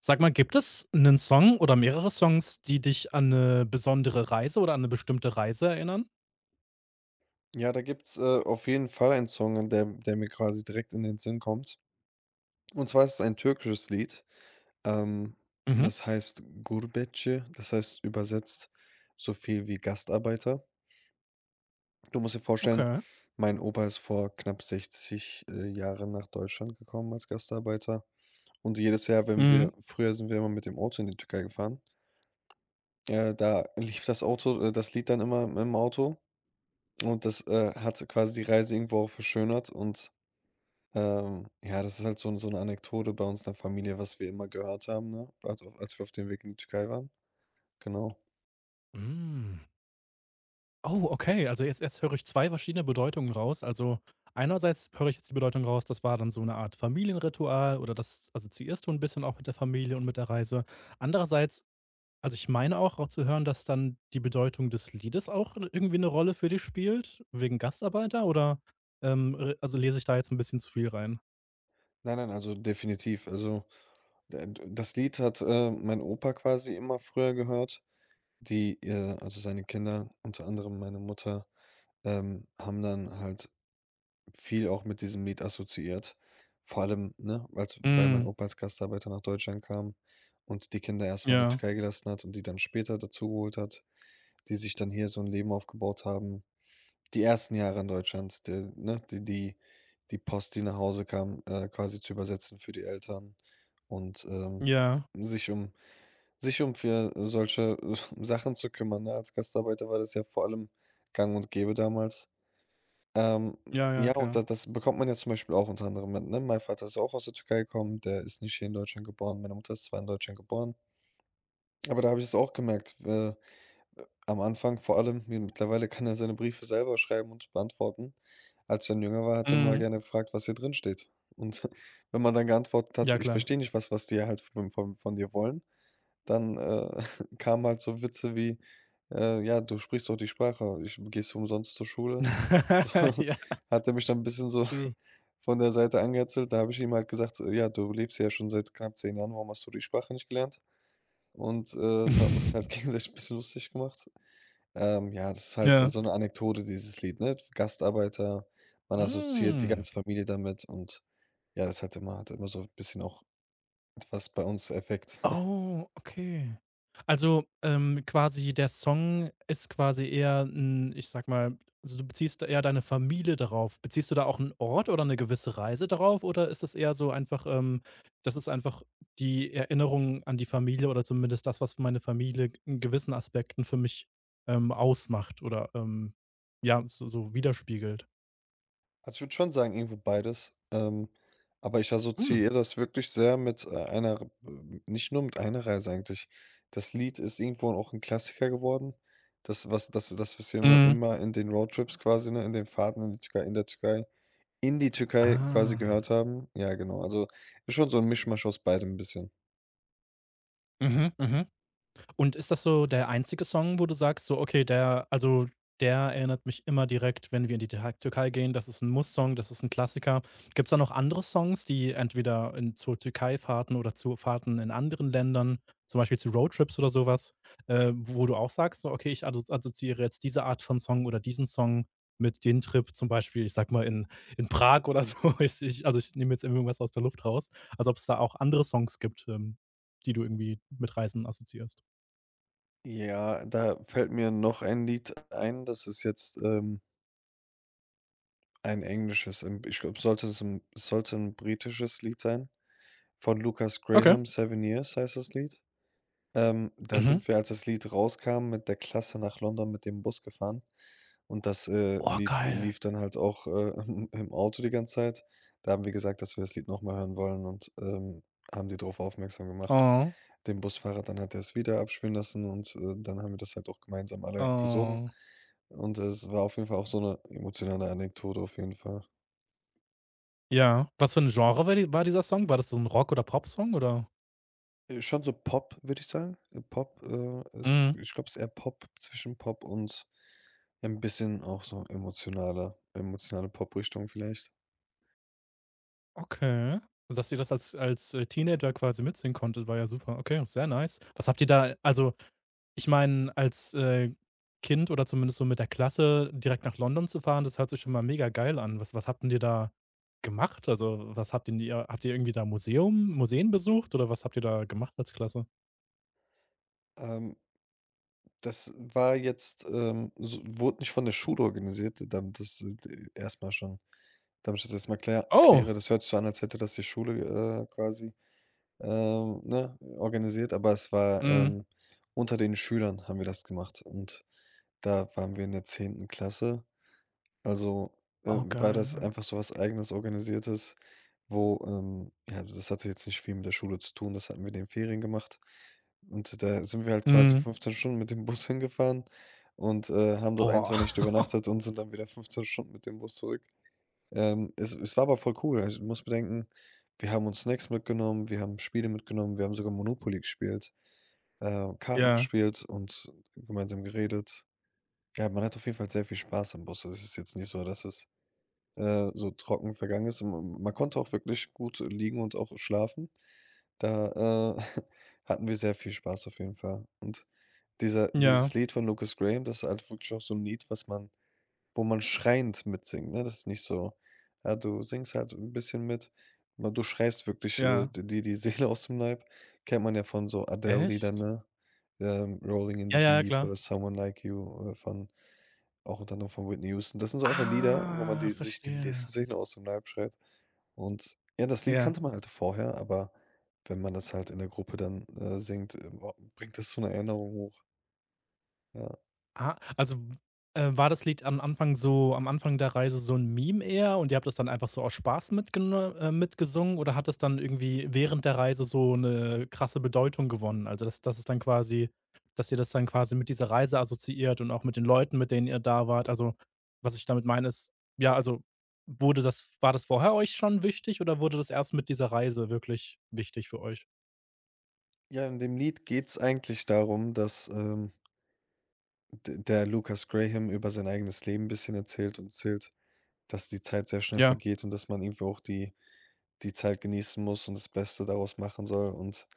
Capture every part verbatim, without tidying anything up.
Sag mal, gibt es einen Song oder mehrere Songs, die dich an eine besondere Reise oder an eine bestimmte Reise erinnern? Ja, da gibt's, äh, auf jeden Fall einen Song, der der mir quasi direkt in den Sinn kommt. Und zwar ist es ein türkisches Lied. Ähm, Mhm. Das heißt Gurbetçi, das heißt übersetzt so viel wie Gastarbeiter. Du musst dir vorstellen, Okay. mein Opa ist vor knapp sechzig, äh, Jahren nach Deutschland gekommen als Gastarbeiter. Und jedes Jahr, wenn Mhm. wir früher sind wir immer mit dem Auto in die Türkei gefahren. Äh, da lief das Auto äh, das Lied dann immer im Auto und das, äh, hat quasi die Reise irgendwo auch verschönert und Ähm, ja, das ist halt so 'n so 'ne Anekdote bei uns in der Familie, was wir immer gehört haben, ne? Also, als wir auf dem Weg in die Türkei waren. Genau. Hm. Oh, okay. Also, jetzt jetzt höre ich zwei verschiedene Bedeutungen raus. Also, einerseits höre ich jetzt die Bedeutung raus, das war dann so eine Art Familienritual oder das assoziierst du ein bisschen auch mit der Familie und mit der Reise. Andererseits, also, ich meine auch rau zu hören, dass dann die Bedeutung des Liedes auch irgendwie eine Rolle für dich spielt, wegen Gastarbeiter oder, ähm, r also, lese ich da jetzt ein bisschen zu viel rein? Nein, nein, also definitiv. Also, d d das Lied hat, äh, mein Opa quasi immer früher gehört. Die, äh also seine Kinder, unter anderem meine Mutter, ähm, haben dann halt viel auch mit diesem Lied assoziiert. Vor allem, ne, als weil mein Hm. Opa als Gastarbeiter nach Deutschland kam und die Kinder erst mal in der Ja, Türkei gelassen hat und die dann später dazugeholt hat, die sich dann hier so ein Leben aufgebaut haben. Die ersten Jahre in Deutschland, de ne, die die die Post, die nach Hause kam, äh, quasi zu übersetzen für die Eltern und, ähm, ja, sich um sich um für solche Sachen zu kümmern, ne? Als Gastarbeiter war das ja vor allem gang und gäbe damals. Ähm, ja, ja, ja, und klar. da das bekommt man ja zum Beispiel auch unter anderem mit, ne? Mein Vater ist auch aus der Türkei gekommen, der ist nicht hier in Deutschland geboren, meine Mutter ist zwar in Deutschland geboren, aber da habe ich es auch gemerkt, äh am Anfang vor allem, mi mittlerweile kann er seine Briefe selber schreiben und beantworten. Als ich dann jünger war, hat er mir mal Mhm. gerne gefragt, was hier drin steht. Und wenn man dann geantwortet hat: Ja, „Ich klar. verstehe nicht, was was die halt von von von dir wollen“, dann, äh, kamen halt so Witze wie, äh: „Ja, du sprichst doch die Sprache, ich gehst du umsonst zur Schule?“ So Ja, hat er mich dann ein bisschen so true. von der Seite angehänselt. Da habe ich ihm halt gesagt: äh, „Ja, du lebst ja schon seit knapp zehn Jahren, warum hast du die Sprache nicht gelernt?“ Und, äh, so hat man halt gegenseitig ein bisschen lustig gemacht. Ähm, ja, das ist halt Ja. so eine Anekdote, dieses Lied, ne? Gastarbeiter, man assoziiert die Hm. ganze Familie damit und ja, das hat immer hat immer so ein bisschen auch etwas bei uns Effekt. Oh, okay. Also, ähm, quasi der Song ist quasi eher 'n, ich sage mal, also du beziehst da eher deine Familie darauf. Beziehst du da auch einen Ort oder eine gewisse Reise darauf oder ist das eher so einfach, ähm das ist einfach die Erinnerung an die Familie oder zumindest das, was meine Familie in gewissen Aspekten für mich, ähm, ausmacht oder, ähm, ja, so so widerspiegelt? Also, ich würde schon sagen, irgendwo beides, ähm, aber ich Hm. assoziiere das wirklich sehr mit, äh, einer b nicht nur mit einer Reise eigentlich. Das Lied ist irgendwo auch ein Klassiker geworden. Das, was das das, was wir immer Mhm. immer in den Roadtrips quasi, ne, in den Fahrten in die Türkei in der Türkei in die Türkei quasi Ah. gehört haben. Ja, genau. Also, ist schon so 'n Mischmasch aus beidem 'n bisschen. Mhm, mhm. Und ist das so der einzige Song, wo du sagst, so, okay, der, also der erinnert mich immer direkt, wenn wir in die Tür- Türkei gehen, das ist ein Muss-Song, das ist ein Klassiker. Gibt es da noch andere Songs, die entweder in, zu Türkei-Fahrten oder zu Fahrten in anderen Ländern, zum Beispiel zu Roadtrips oder sowas, äh, wo du auch sagst, so, okay, ich assozi- assoziiere jetzt diese Art von Song oder diesen Song mit dem Trip, zum Beispiel, ich sag mal, in, in, Prag oder so. Ich, ich, also ich nehme jetzt irgendwas aus der Luft raus. Also, ob es da auch andere Songs gibt, ähm, die du irgendwie mit Reisen assoziierst. Ja, da fällt mir noch ein Lied ein, das ist jetzt, ähm, ein englisches, ähm, ich glaube, sollte es 'n sollte 'n britisches Lied sein von Lukas Okay. Graham, „Seven Years“ heißt das Lied. Ähm, da Mhm. sind wir, als das Lied rauskam, mit der Klasse nach London mit dem Bus gefahren. Und das, äh, Oh, Lied geil. lief dann halt auch, äh, im Auto die ganze Zeit. Da haben wir gesagt, dass wir das Lied nochmal hören wollen und, ähm, haben die darauf aufmerksam gemacht. Oh, Dem Busfahrer, dann hat er es wieder abspielen lassen und, äh, dann haben wir das halt auch gemeinsam alle gesungen. oh. Und es war auf jeden Fall auch so eine emotionale Anekdote auf jeden Fall. Ja. Was für ein Genre war die war dieser Song? War das so ein Rock- oder Pop-Song, oder? Äh, schon so Pop, würde ich sagen. Äh, Pop, äh, ist Mhm. ich glaube, es ist eher Pop, zwischen Pop und ein bisschen auch so emotionaler emotionale Pop-Richtung vielleicht. Okay. Und dass ihr das als als, äh, Teenager quasi mitsingen konntet, war ja super. Okay, sehr nice. Was habt ihr da, also, ich meine, als, äh, Kind oder zumindest so mit der Klasse direkt nach London zu fahren, das hört sich schon mal mega geil an. Was was habt denn ihr da gemacht? Also, was habt denn ihr habt ihr irgendwie da Museum Museen besucht oder was habt ihr da gemacht als Klasse? Ähm Das war jetzt, ähm, so wurde nicht von der Schule organisiert, äh, damit das, äh, d schon damit ich das erstmal klär Oh. kläre. Das hört sich so an, als hätte das die Schule, äh, quasi, ähm, ne, organisiert, aber es war, Mhm. ähm unter den Schülern haben wir das gemacht und da waren wir in der zehnten Klasse. Also, äh, Oh, war geil. das Ja. einfach so was Eigenes, Organisiertes, wo, ähm ja, das hatte jetzt nicht viel mit der Schule zu tun, das hatten wir in den Ferien gemacht. Und da sind wir halt quasi Mhm. fünfzehn Stunden mit dem Bus hingefahren und, äh, haben dort ein Boah. zwei Nächte übernachtet und sind dann wieder fünfzehn Stunden mit dem Bus zurück. Ähm, es es war aber voll cool. Also, du musst bedenken, wir haben uns Snacks mitgenommen, wir haben Spiele mitgenommen, wir haben sogar Monopoly gespielt, äh, Karten Ja, gespielt und gemeinsam geredet. Ja, man hat auf jeden Fall sehr viel Spaß im Bus. Also, es ist jetzt nicht so, dass es äh, so trocken vergangen ist, und man konnte auch wirklich gut liegen und auch schlafen. Da, äh, hatten wir sehr viel Spaß auf jeden Fall. Und dieser ja, dieses Lied von Lucas Graham, das ist halt wirklich auch so ein Lied, was man wo man schreiend mitsingt, ne? Das ist nicht so, ja, du singst halt ein bisschen mit, aber du schreist wirklich, äh, ja. d dir die Seele aus dem Leib. Kennt man ja von so Adele-Liedern, Echt? ne? Ähm, „Rolling in Ja, the ja, ja, Deep“ klar. oder „Someone Like You“ äh, von auch unter anderem von Whitney Houston. Das sind so einfach Lieder, wo man Ah, die sich die Le verstehe. Seele aus dem Leib schreit. Und ja, das Lied Ja. kannte man halt vorher, aber wenn man das halt in der Gruppe dann, äh, singt, äh, bringt das so eine Erinnerung hoch, ja. Ah, also, äh, war das Lied am Anfang, so am Anfang der Reise, so ein Meme eher und ihr habt das dann einfach so aus Spaß mitgene äh, mitgesungen oder hat das dann irgendwie während der Reise so eine krasse Bedeutung gewonnen? Also, das das ist dann quasi, dass ihr das dann quasi mit dieser Reise assoziiert und auch mit den Leuten, mit denen ihr da wart. Also, was ich damit meine ist, ja, also, wurde das war das vorher euch schon wichtig oder wurde das erst mit dieser Reise wirklich wichtig für euch? Ja, in dem Lied geht's eigentlich darum, dass, ähm D der Lucas Graham über sein eigenes Leben 'n bisschen erzählt und erzählt, dass die Zeit sehr schnell Ja. vergeht und dass man irgendwie auch die die Zeit genießen muss und das Beste daraus machen soll. Und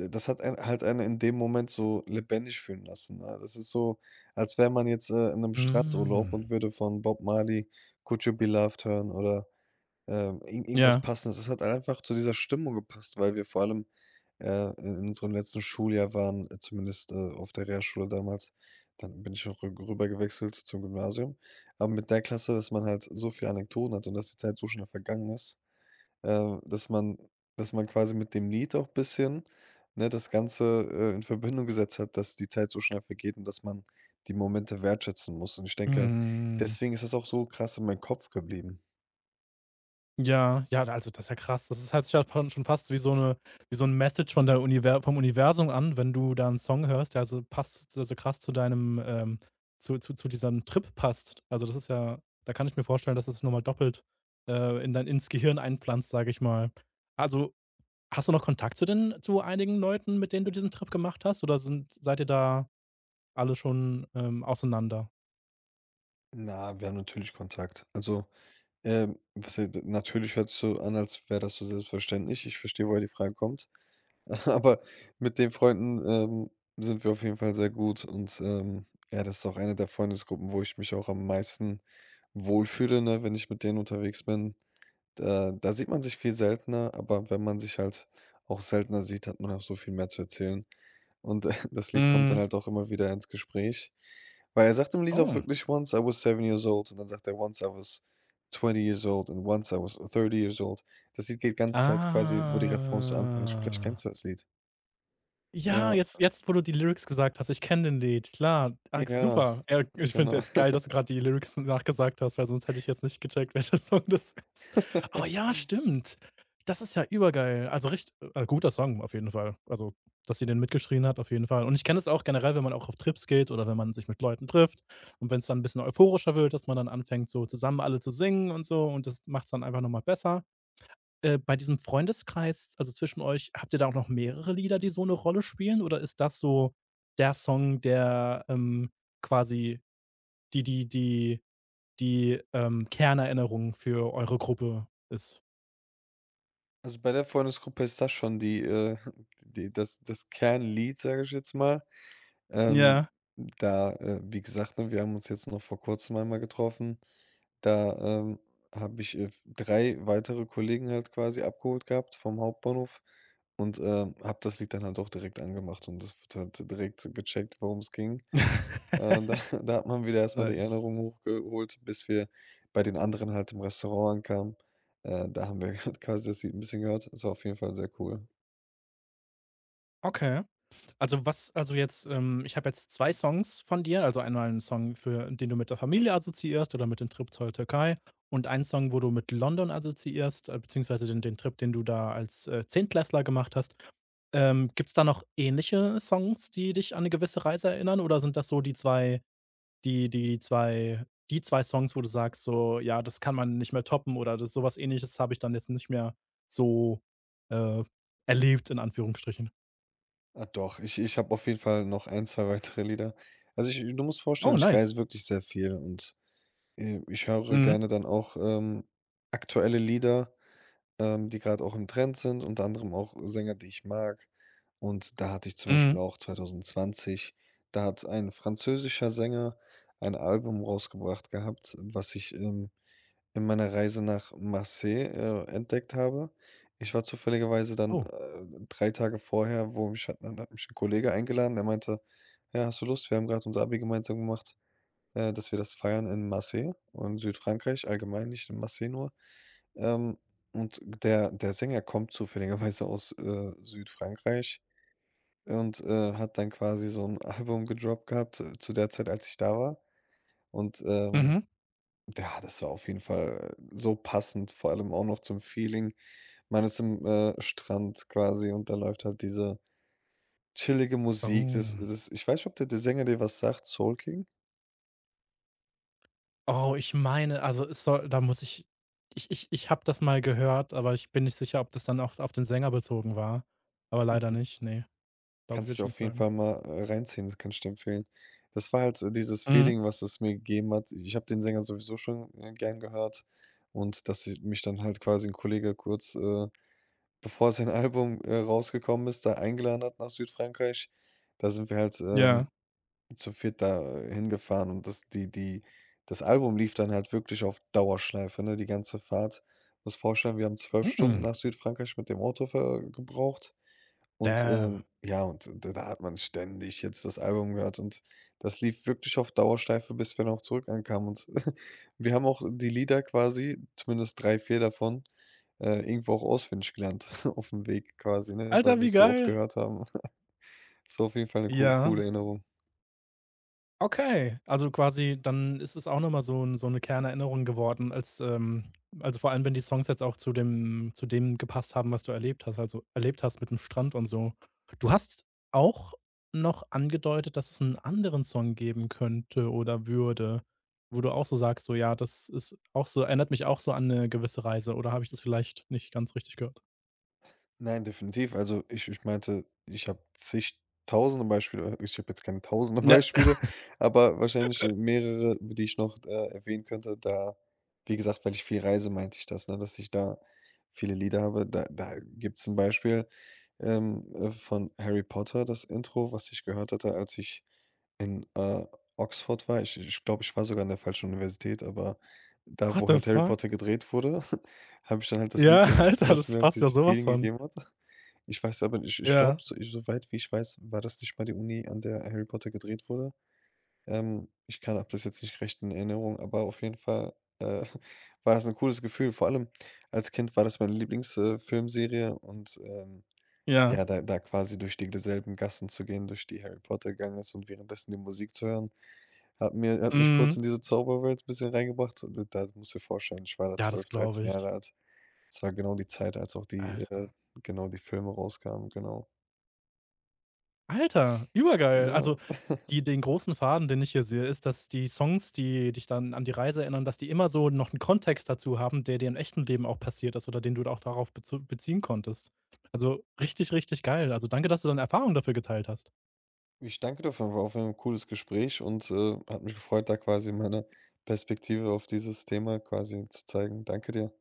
d das hat einen halt einen in dem Moment so lebendig fühlen lassen, ne? Das ist so, als wäre man jetzt, äh, in einem Strandurlaub und Mhm. würde von Bob Marley „Could You Be Loved“ hören oder ähm, irgend irgendwas Ja. Passendes. Es hat einfach zu dieser Stimmung gepasst, weil wir vor allem, äh, in in unserem letzten Schuljahr waren, äh, zumindest, äh, auf der Realschule damals. Dann bin ich auch rü rüber gewechselt zum Gymnasium. Aber mit der Klasse, dass man halt so viele Anekdoten hat und dass die Zeit so schnell vergangen ist, äh, dass man dass man quasi mit dem Lied auch ein bisschen, ne, das Ganze, äh, in Verbindung gesetzt hat, dass die Zeit so schnell vergeht und dass man die Momente wertschätzen muss. Und ich denke, Mhm. deswegen ist das auch so krass in meinem Kopf geblieben. Ja, ja, also das ist ja krass. Das ist halt ja schon schon fast wie so 'ne wie so 'n Message von der Univer vom Universum, an, wenn du da 'n Song hörst, der so passt der so krass zu deinem, ähm zu zu zu diesem Trip passt. Also, das ist ja, da kann ich mir vorstellen, dass es noch mal doppelt, äh, in dein ins Gehirn einpflanzt, sage ich mal. Also, hast du noch Kontakt zu den zu einigen Leuten, mit denen du diesen Trip gemacht hast, oder sind seid ihr da alle schon, ähm, auseinander? Na, wir haben natürlich Kontakt. Also, ähm, was he natürlich hört es so an, als wäre das so selbstverständlich. Ich verstehe, woher die Frage kommt. Aber mit den Freunden, ähm, sind wir auf jeden Fall sehr gut und, ähm, ja, das ist auch eine der Freundesgruppen, wo ich mich auch am meisten wohlfühle, ne, wenn ich mit denen unterwegs bin. Da da sieht man sich viel seltener, aber wenn man sich halt auch seltener sieht, hat man auch so viel mehr zu erzählen. Und äh, das Lied kommt dann Mhm. halt auch immer wieder ins Gespräch, weil er sagt im Lied auch Oh. wirklich: „Once I was seven years old“ und dann sagt er: „Once I was twenty years old and once I was thirty years old.“ Das Lied geht ganze Zeit quasi, wo die Refrains so anfangen. Vielleicht Ah. kennst du das Lied. Ja, Ja, jetzt jetzt, wo du die Lyrics gesagt hast, ich kenne den Lied, klar. Ah, ja, super. Äh, ich genau. finde es geil, dass du gerade die Lyrics nachgesagt hast, weil sonst hätte ich jetzt nicht gecheckt, welcher Song das ist. Aber ja, stimmt. Das ist ja übergeil. Also richtig, äh, guter Song auf jeden Fall. Also, dass sie den mitgeschrien hat, auf jeden Fall. Und ich kenne es auch generell, wenn man auch auf Trips geht oder wenn man sich mit Leuten trifft und wenn es dann ein bisschen euphorischer wird, dass man dann anfängt, so zusammen alle zu singen und so, und das macht es dann einfach noch mal besser. Äh, bei diesem Freundeskreis, also zwischen euch, habt ihr da auch noch mehrere Lieder, die so 'ne Rolle spielen, oder ist das so der Song, der, ähm, quasi die die die die, ähm, Kernerinnerung für eure Gruppe ist? Also, bei der Freundesgruppe ist das schon die, äh die das das Kernlied, sage ich jetzt mal. Ähm, Ja. Da, äh, wie gesagt, ne, wir haben uns jetzt noch vor Kurzem einmal getroffen. Da, ähm, habe ich, äh, drei weitere Kollegen halt quasi abgeholt gehabt vom Hauptbahnhof und, ähm, habe das Lied dann halt auch direkt angemacht und das wird halt direkt gecheckt, worum es ging. Äh, da da hat man wieder erst mal die Nice. Erinnerung hochgeholt, bis wir bei den anderen halt im Restaurant ankamen. Äh, da haben wir halt quasi das Lied ein bisschen gehört. Das war auf jeden Fall sehr cool. Okay. Also, was, also jetzt, ähm ich habe jetzt zwei Songs von dir, also einmal einen Song, für den du mit der Familie assoziierst oder mit dem Trip zur Türkei, und einen Song, wo du mit London assoziierst, äh, beziehungsweise den den Trip, den du da als, äh, Zehntklässler gemacht hast. Ähm, gibt's da noch ähnliche Songs, die dich an eine gewisse Reise erinnern, oder sind das so die zwei, die die zwei die zwei Songs, wo du sagst so: „Ja, das kann man nicht mehr toppen", oder das, so Ähnliches habe ich dann jetzt nicht mehr so, äh, erlebt, in Anführungsstrichen? Ah, doch, ich ich habe auf jeden Fall noch ein zwei weitere Lieder. Also, ich du musst vorstellen, Oh, ich nice. reise wirklich sehr viel und, äh, ich höre Mhm. gerne dann auch, ähm, aktuelle Lieder, ähm, die gerade auch im Trend sind, unter anderem auch Sänger, die ich mag. Und da hatte ich zum Beispiel Mhm. auch zwanzig zwanzig da hat ein französischer Sänger ein Album rausgebracht gehabt, was ich, ähm in meiner Reise nach Marseille, äh, entdeckt habe. Ich war zufälligerweise dann, Oh. äh, drei Tage vorher, wo mich hat hat mich ein Kollege eingeladen, der meinte: „Ja, hast du Lust? Wir haben gerade unser Abi gemeinsam gemacht, äh, dass wir das feiern in Marseille und Südfrankreich allgemein, nicht in Marseille nur.“ Ähm, und der der Sänger kommt zufälligerweise aus, äh, Südfrankreich und, äh, hat dann quasi so ein Album gedroppt gehabt, äh, zu der Zeit, als ich da war. Und, ähm, Mhm. ja, das war auf jeden Fall so passend, vor allem auch noch zum Feeling. Man ist im, äh, Strand quasi und da läuft halt diese chillige Musik. Das Oh. das ich weiß nicht, ob der der Sänger dir was sagt, Soul King? Oh, ich meine, also, es soll da muss ich ich ich ich habe das mal gehört, aber ich bin nicht sicher, ob das dann auch auf den Sänger bezogen war. Aber leider Hm. nicht, ne, glaube ich, würde Kannst du ich dir nicht auf jeden sagen. Fall mal, äh, reinziehen, das kann ich dir empfehlen. Das war halt, äh, dieses Mhm. Feeling, was es mir gegeben hat. Ich habe den Sänger sowieso schon, äh, gern gehört und dass ich mich dann halt quasi ein Kollege kurz, äh, bevor sein Album, äh, rausgekommen ist, da eingeladen hat nach Südfrankreich. Da sind wir halt, Ja. ähm zu viert da äh, hingefahren und das die die das Album lief dann halt wirklich auf Dauerschleife, ne, die ganze Fahrt. Musst vorstellen, wir haben zwölf Stunden Mhm. nach Südfrankreich mit dem Auto ver äh, gebraucht und, Damn. ähm, ja, und da da hat man ständig jetzt das Album gehört und das lief wirklich auf Dauerschleife, bis wir noch zurück ankamen und wir haben auch die Lieder quasi, zumindest drei vier davon, äh, irgendwo auch auswendig gelernt auf dem Weg quasi, ne, weil Alter, wir wie es so oft geil. gehört haben. Das war auf jeden Fall eine co Ja. coole Erinnerung. Okay, also quasi dann ist es auch noch mal so 'n so eine Kernerinnerung geworden, als, ähm also, vor allem wenn die Songs jetzt auch zu dem, zu dem gepasst haben, was du erlebt hast, also, erlebt hast mit dem Strand und so. Du hast auch noch angedeutet, dass es einen anderen Song geben könnte oder würde, wo du auch so sagst, so: „Ja, das ist auch so, erinnert mich auch so an eine gewisse Reise", oder habe ich das vielleicht nicht ganz richtig gehört? Nein, definitiv. Also, ich ich meinte, ich habe zig tausende Beispiele. äh, Ich habe jetzt keine tausende Ja. Beispiele, aber wahrscheinlich äh, mehrere, die ich noch, äh, erwähnen könnte. Da Wie gesagt, weil ich viel reise, meinte ich das, ne, dass ich da viele Lieder habe. Da da gibt's 'n Beispiel, ähm, äh, von Harry Potter, das Intro, was ich gehört hatte, als ich in, äh, Oxford war. Ich ich glaube, ich war sogar an der falschen Universität, aber da, What wo the halt Harry fuck? Potter gedreht wurde, habe ich dann halt das Ja, Lied gehört, Alter, was das mir halt passt ja dieses sowas Feeling von. gegeben hat. Ich weiß aber ich ich glaube, Ja, so soweit wie ich weiß, war das nicht mal die Uni, an der Harry Potter gedreht wurde. Ähm, ich kann habe das jetzt nicht recht in Erinnerung, aber auf jeden Fall, äh, war das ein cooles Gefühl. Vor allem als Kind war das meine Lieblingsfilmserie äh, Filmserie und, ähm, ja. ja, da da quasi durch die selben Gassen zu gehen, durch die Harry Potter gegangen ist und währenddessen die Musik zu hören hat mir hat mich kurz Mhm. in diese Zauberwelt ein bisschen reingebracht. D Da musst du dir vorstellen, ich war da Ja, das zwölf glaube dreizehn Jahre ich. alt. Es war genau die Zeit, als auch die äh, Alter. genau, die Filme rauskamen, genau. Alter, übergeil. Ja. Also, die den großen Faden, den ich hier sehe, ist, dass die Songs, die dich dann an die Reise erinnern, dass die immer so noch einen Kontext dazu haben, der dir im echten Leben auch passiert ist oder den du auch darauf bezu beziehen konntest. Also, richtig, richtig geil. Also, danke, dass du deine Erfahrung dafür geteilt hast. Ich danke dir auf jeden Fall auch für ein cooles Gespräch und, äh, hat mich gefreut, da quasi meine Perspektive auf dieses Thema quasi zu zeigen. Danke dir.